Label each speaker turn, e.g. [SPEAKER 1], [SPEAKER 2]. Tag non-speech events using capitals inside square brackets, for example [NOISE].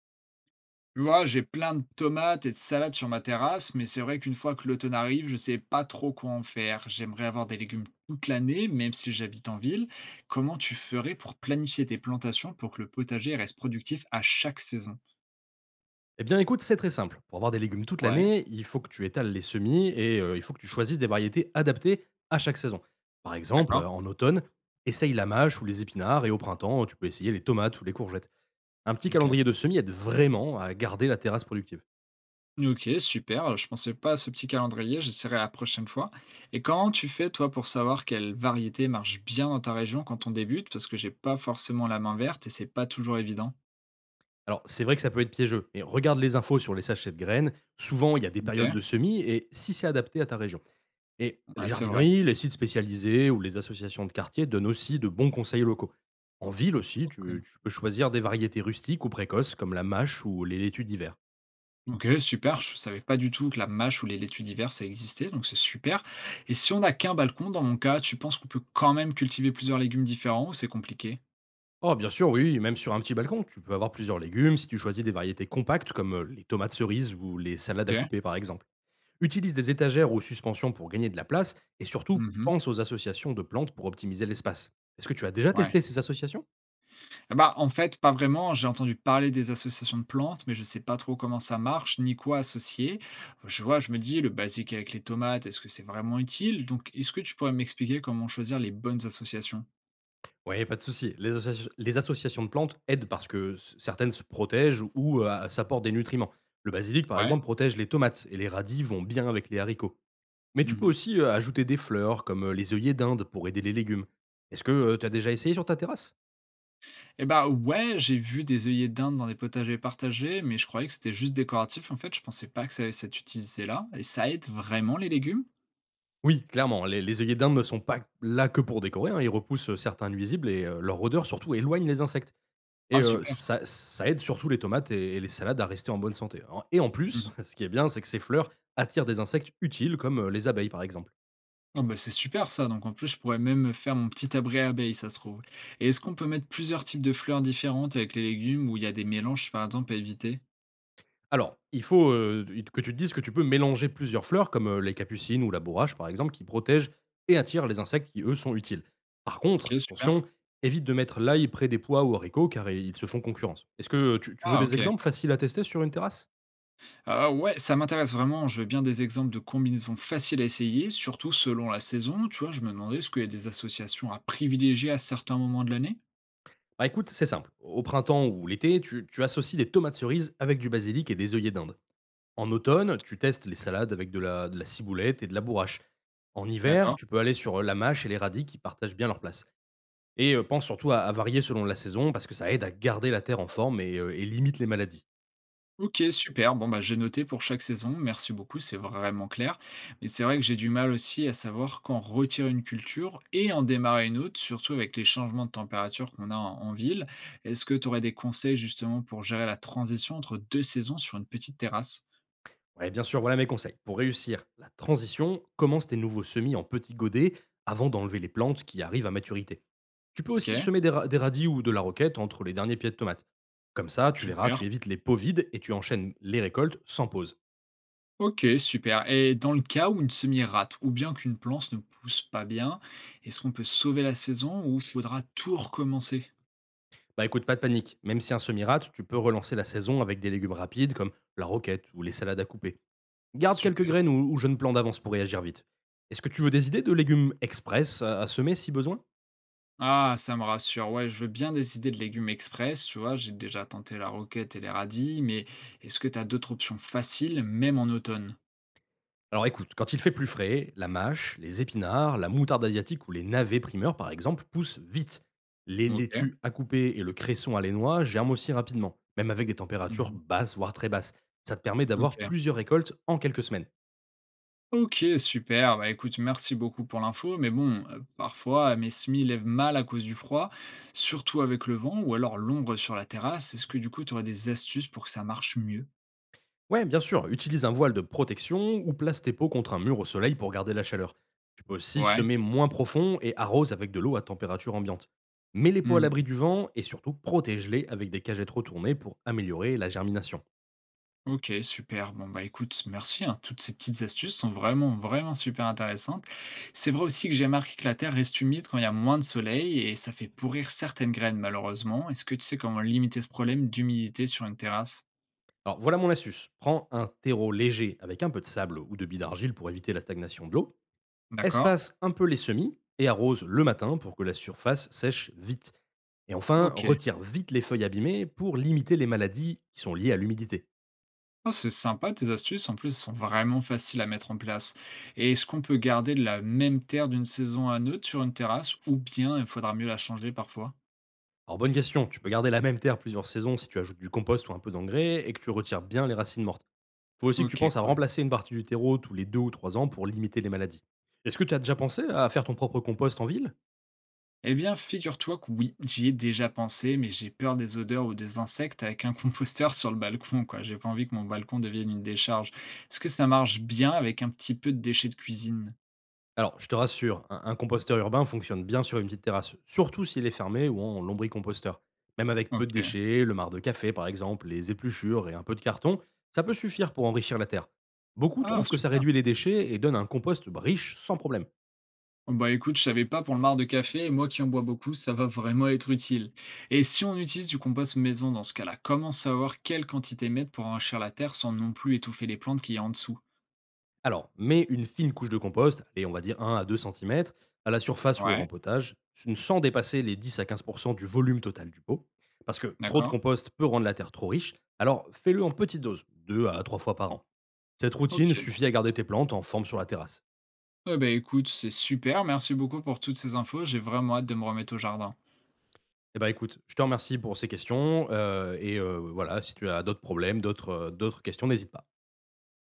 [SPEAKER 1] Tu vois, j'ai plein de tomates et de salades sur ma terrasse, mais c'est vrai qu'une fois que l'automne arrive, je sais pas trop quoi en faire. J'aimerais avoir des légumes toute l'année, même si j'habite en ville. Comment tu ferais pour planifier tes plantations pour que le potager reste productif à chaque saison?
[SPEAKER 2] Eh bien, écoute, c'est très simple. Pour avoir des légumes toute
[SPEAKER 1] Ouais,
[SPEAKER 2] l'année, il faut que tu étales les semis et il faut que tu choisisses des variétés adaptées à chaque saison. Par exemple,
[SPEAKER 1] d'accord,
[SPEAKER 2] en automne, essaye la mâche ou les épinards et au printemps, tu peux essayer les tomates ou les courgettes. Un petit
[SPEAKER 1] ok.
[SPEAKER 2] calendrier de semis aide vraiment à garder la terrasse productive.
[SPEAKER 1] Ok, super. Je pensais pas à ce petit calendrier, j'essaierai la prochaine fois. Et comment tu fais, toi, pour savoir quelle variété marche bien dans ta région quand on débute? Parce que j'ai pas forcément la main verte et c'est pas toujours évident.
[SPEAKER 2] Alors, c'est vrai que ça peut être piégeux, mais regarde les infos sur les sachets de graines. Souvent, il y a des
[SPEAKER 1] Ok,
[SPEAKER 2] périodes de semis et si c'est adapté à ta région. Et les
[SPEAKER 1] ouais, c'est vrai.
[SPEAKER 2] jardineries, les sites spécialisés ou les associations de quartier donnent aussi de bons conseils locaux. En ville aussi,
[SPEAKER 1] Ok.
[SPEAKER 2] tu peux choisir des variétés rustiques ou précoces comme la mâche ou les laitues d'hiver.
[SPEAKER 1] OK, super. Je savais pas du tout que la mâche ou les laitues diverses ça existait, donc c'est super. Et si on n'a qu'un balcon, dans mon cas, tu penses qu'on peut quand même cultiver plusieurs légumes différents ou c'est compliqué?
[SPEAKER 2] Oh, bien sûr, oui, même sur un petit balcon, tu peux avoir plusieurs légumes si tu choisis des variétés compactes comme les tomates cerises ou les salades à
[SPEAKER 1] OK.
[SPEAKER 2] couper par exemple. Utilise des étagères ou suspensions pour gagner de la place et surtout
[SPEAKER 1] Mmh.
[SPEAKER 2] pense aux associations de plantes pour optimiser l'espace. Est-ce que tu as déjà
[SPEAKER 1] Ouais.
[SPEAKER 2] testé ces associations?
[SPEAKER 1] Et bah, en fait, pas vraiment. J'ai entendu parler des associations de plantes, mais je sais pas trop comment ça marche, ni quoi associer. Je vois, je me dis, le basique avec les tomates, est-ce que c'est vraiment utile? Donc, est-ce que tu pourrais m'expliquer comment choisir les bonnes associations?
[SPEAKER 2] Ouais, pas de souci. Les associations de plantes aident parce que c certaines se protègent ou, s'apportent des nutriments. Le basilic, par
[SPEAKER 1] Ouais.
[SPEAKER 2] exemple, protège les tomates et les radis vont bien avec les haricots. Mais tu peux
[SPEAKER 1] Mmh.
[SPEAKER 2] aussi, ajouter des fleurs comme, les œillets d'Inde pour aider les légumes. Est-ce que tu as déjà essayé sur ta terrasse?
[SPEAKER 1] Eh bah, ouais, j'ai vu des œillets dinde dans des potagers partagés, mais je croyais que c'était juste décoratif. En fait, je pensais pas que ça avait cette utilité-là. Et ça aide vraiment les légumes?
[SPEAKER 2] Oui, clairement, les œillets d'Inde ne sont pas là que pour décorer, hein, ils repoussent, certains nuisibles et leur odeur surtout éloigne les insectes. Et
[SPEAKER 1] Ah, super.
[SPEAKER 2] ça aide surtout les tomates et les salades à rester en bonne santé. En
[SPEAKER 1] Mhm.
[SPEAKER 2] plus, [LAUGHS] ce qui est bien, c'est que ces fleurs attirent des insectes utiles comme, les abeilles, par exemple.
[SPEAKER 1] Ah bah, c'est super ça. Donc en plus, je pourrais même faire mon petit abri abeille, ça se trouve. Et est-ce qu'on peut mettre plusieurs types de fleurs différentes avec les légumes où il y a des mélanges, par exemple, à éviter?
[SPEAKER 2] Alors, il faut, que tu te dises que tu peux mélanger plusieurs fleurs comme, les capucines ou la bourrache, par exemple, qui protègent et attirent les insectes qui, eux, sont utiles. Par
[SPEAKER 1] Ok,
[SPEAKER 2] contre,
[SPEAKER 1] super.
[SPEAKER 2] attention, évite de mettre l'ail près des pois ou haricots car ils se font concurrence. Est-ce que tu veux
[SPEAKER 1] Ah,
[SPEAKER 2] des
[SPEAKER 1] ok.
[SPEAKER 2] exemples faciles à tester sur une terrasse?
[SPEAKER 1] Ah ouais, ça m'intéresse vraiment. Je veux bien des exemples de combinaisons faciles à essayer, surtout selon la saison. Tu vois, je me demandais, est-ce qu'il y a des associations à privilégier à certains moments de l'année?
[SPEAKER 2] Bah, écoute, c'est simple. Au printemps ou l'été, tu associes des tomates cerises avec du basilic et des œillets d'Inde. En automne, tu testes les salades avec de la ciboulette et de la bourrache. En hiver,
[SPEAKER 1] D'accord.
[SPEAKER 2] tu peux aller sur, la mâche et les radis qui partagent bien leur place et pense surtout à varier selon la saison parce que ça aide à garder la terre en forme et limite les maladies.
[SPEAKER 1] OK, super. Bon, bah, j'ai noté pour chaque saison. Merci beaucoup, c'est vraiment clair. Mais c'est vrai que j'ai du mal aussi à savoir quand retirer une culture et en démarrer une autre, surtout avec les changements de température qu'on a en ville. Est-ce que tu aurais des conseils justement pour gérer la transition entre deux saisons sur une petite terrasse?
[SPEAKER 2] Ouais, bien sûr, voilà mes conseils. Pour réussir la transition, commence tes nouveaux semis en petits godets avant d'enlever les plantes qui arrivent à maturité. Tu peux aussi
[SPEAKER 1] OK,
[SPEAKER 2] semer des radis ou de la roquette entre les derniers pieds de tomates. Comme ça, tu verras,
[SPEAKER 1] super.
[SPEAKER 2] tu évites les pots vides et tu enchaînes les récoltes sans pause.
[SPEAKER 1] OK, super. Et dans le cas où une semille rate ou bien qu'une plante ne pousse pas bien, est-ce qu'on peut sauver la saison ou faudra tout recommencer?
[SPEAKER 2] Bah écoute, pas de panique. Même si un semi-rate, tu peux relancer la saison avec des légumes rapides comme la roquette ou les salades à couper. Garde quelques
[SPEAKER 1] Super.
[SPEAKER 2] graines ou jeunes plants d'avance pour réagir vite. Est-ce que tu veux des idées de légumes express à semer si besoin?
[SPEAKER 1] Ah, ça me rassure. Ouais, je veux bien des idées de légumes express, tu vois, j'ai déjà tenté la roquette et les radis, mais est-ce que tu as d'autres options faciles, même en automne?
[SPEAKER 2] Alors écoute, quand il fait plus frais, la mâche, les épinards, la moutarde asiatique ou les navets primeurs par exemple poussent vite. Les
[SPEAKER 1] OK.
[SPEAKER 2] laitues à couper et le cresson à noix germent aussi rapidement, même avec des températures
[SPEAKER 1] Mmh.
[SPEAKER 2] basses voire très basses. Ça te permet d'avoir
[SPEAKER 1] OK.
[SPEAKER 2] plusieurs récoltes en quelques semaines.
[SPEAKER 1] OK, super. Bah, écoute, merci beaucoup pour l'info, mais bon, parfois mes semis lèvent mal à cause du froid, surtout avec le vent ou alors l'ombre sur la terrasse. Est-ce que du coup, tu aurais des astuces pour que ça marche mieux?
[SPEAKER 2] Ouais, bien sûr, utilise un voile de protection ou place tes pots contre un mur au soleil pour garder la chaleur. Tu peux aussi
[SPEAKER 1] Ouais.
[SPEAKER 2] semer moins profond et arrose avec de l'eau à température ambiante. Mets les pots à
[SPEAKER 1] Mmh.
[SPEAKER 2] l'abri du vent et surtout protège-les avec des cagettes retournées pour améliorer la germination.
[SPEAKER 1] OK, super. Bon, bah, écoute, merci, hein. Toutes ces petites astuces sont vraiment, vraiment super intéressantes. C'est vrai aussi que j'ai remarqué que la terre reste humide quand il y a moins de soleil et ça fait pourrir certaines graines, malheureusement. Est-ce que tu sais comment limiter ce problème d'humidité sur une terrasse?
[SPEAKER 2] Alors voilà mon astuce. Prends un terreau léger avec un peu de sable ou de billes d'argile pour éviter la stagnation de l'eau.
[SPEAKER 1] D'accord?
[SPEAKER 2] Espace un peu les semis et arrose le matin pour que la surface sèche vite. Et enfin,
[SPEAKER 1] OK.
[SPEAKER 2] retire vite les feuilles abîmées pour limiter les maladies qui sont liées à l'humidité.
[SPEAKER 1] Oh, c'est sympa tes astuces. En plus, elles sont vraiment faciles à mettre en place. Et est-ce qu'on peut garder de la même terre d'une saison à une autre sur une terrasse ou bien il faudra mieux la changer parfois?
[SPEAKER 2] Alors bonne question, tu peux garder la même terre plusieurs saisons si tu ajoutes du compost ou un peu d'engrais et que tu retires bien les racines mortes. Il faut aussi que tu
[SPEAKER 1] OK,
[SPEAKER 2] penses à
[SPEAKER 1] cool.
[SPEAKER 2] remplacer une partie du terreau tous les 2 ou 3 ans pour limiter les maladies. Est-ce que tu as déjà pensé à faire ton propre compost en ville?
[SPEAKER 1] Eh bien, figure-toi que oui, j'y ai déjà pensé, mais j'ai peur des odeurs ou des insectes avec un [LAUGHS] composteur sur le balcon, quoi. J'ai pas envie que mon balcon devienne une décharge. Est-ce que ça marche bien avec un petit peu de déchets de cuisine?
[SPEAKER 2] Alors, je te rassure, un composteur urbain fonctionne bien sur une petite terrasse, surtout s'il est fermé ou en lombricomposteur. Même avec peu de
[SPEAKER 1] Ok.
[SPEAKER 2] déchets, le marc de café par exemple, les épluchures et un peu de carton, ça peut suffire pour enrichir la terre. Beaucoup
[SPEAKER 1] Ah,
[SPEAKER 2] trouvent que ça
[SPEAKER 1] super.
[SPEAKER 2] réduit les déchets et donne un compost bah, riche sans problème.
[SPEAKER 1] Oh, bah écoute, je savais pas pour le marc de café, et moi qui en bois beaucoup, ça va vraiment être utile. Et si on utilise du compost maison dans ce cas-là, comment savoir quelle quantité mettre pour enrichir la terre sans non plus étouffer les plantes qu'il y a en dessous?
[SPEAKER 2] Alors, mets une fine couche de compost, allez, on va dire 1 à 2 cm, à la surface ou au
[SPEAKER 1] Ouais,
[SPEAKER 2] rempotage, sans dépasser les 10 à 15 % du volume total du pot. Parce que trop de
[SPEAKER 1] d'accord.
[SPEAKER 2] compost peut rendre la terre trop riche, alors fais-le en petites doses, 2 à 3 fois par an. Cette
[SPEAKER 1] Ok.
[SPEAKER 2] routine suffit à garder tes plantes en forme sur la terrasse.
[SPEAKER 1] Ouais, ben écoute, c'est super. Merci beaucoup pour toutes ces infos. J'ai vraiment hâte de me remettre au jardin.
[SPEAKER 2] Eh ben écoute, je te remercie pour ces questions, et voilà, si tu as d'autres problèmes, d'autres questions, n'hésite pas.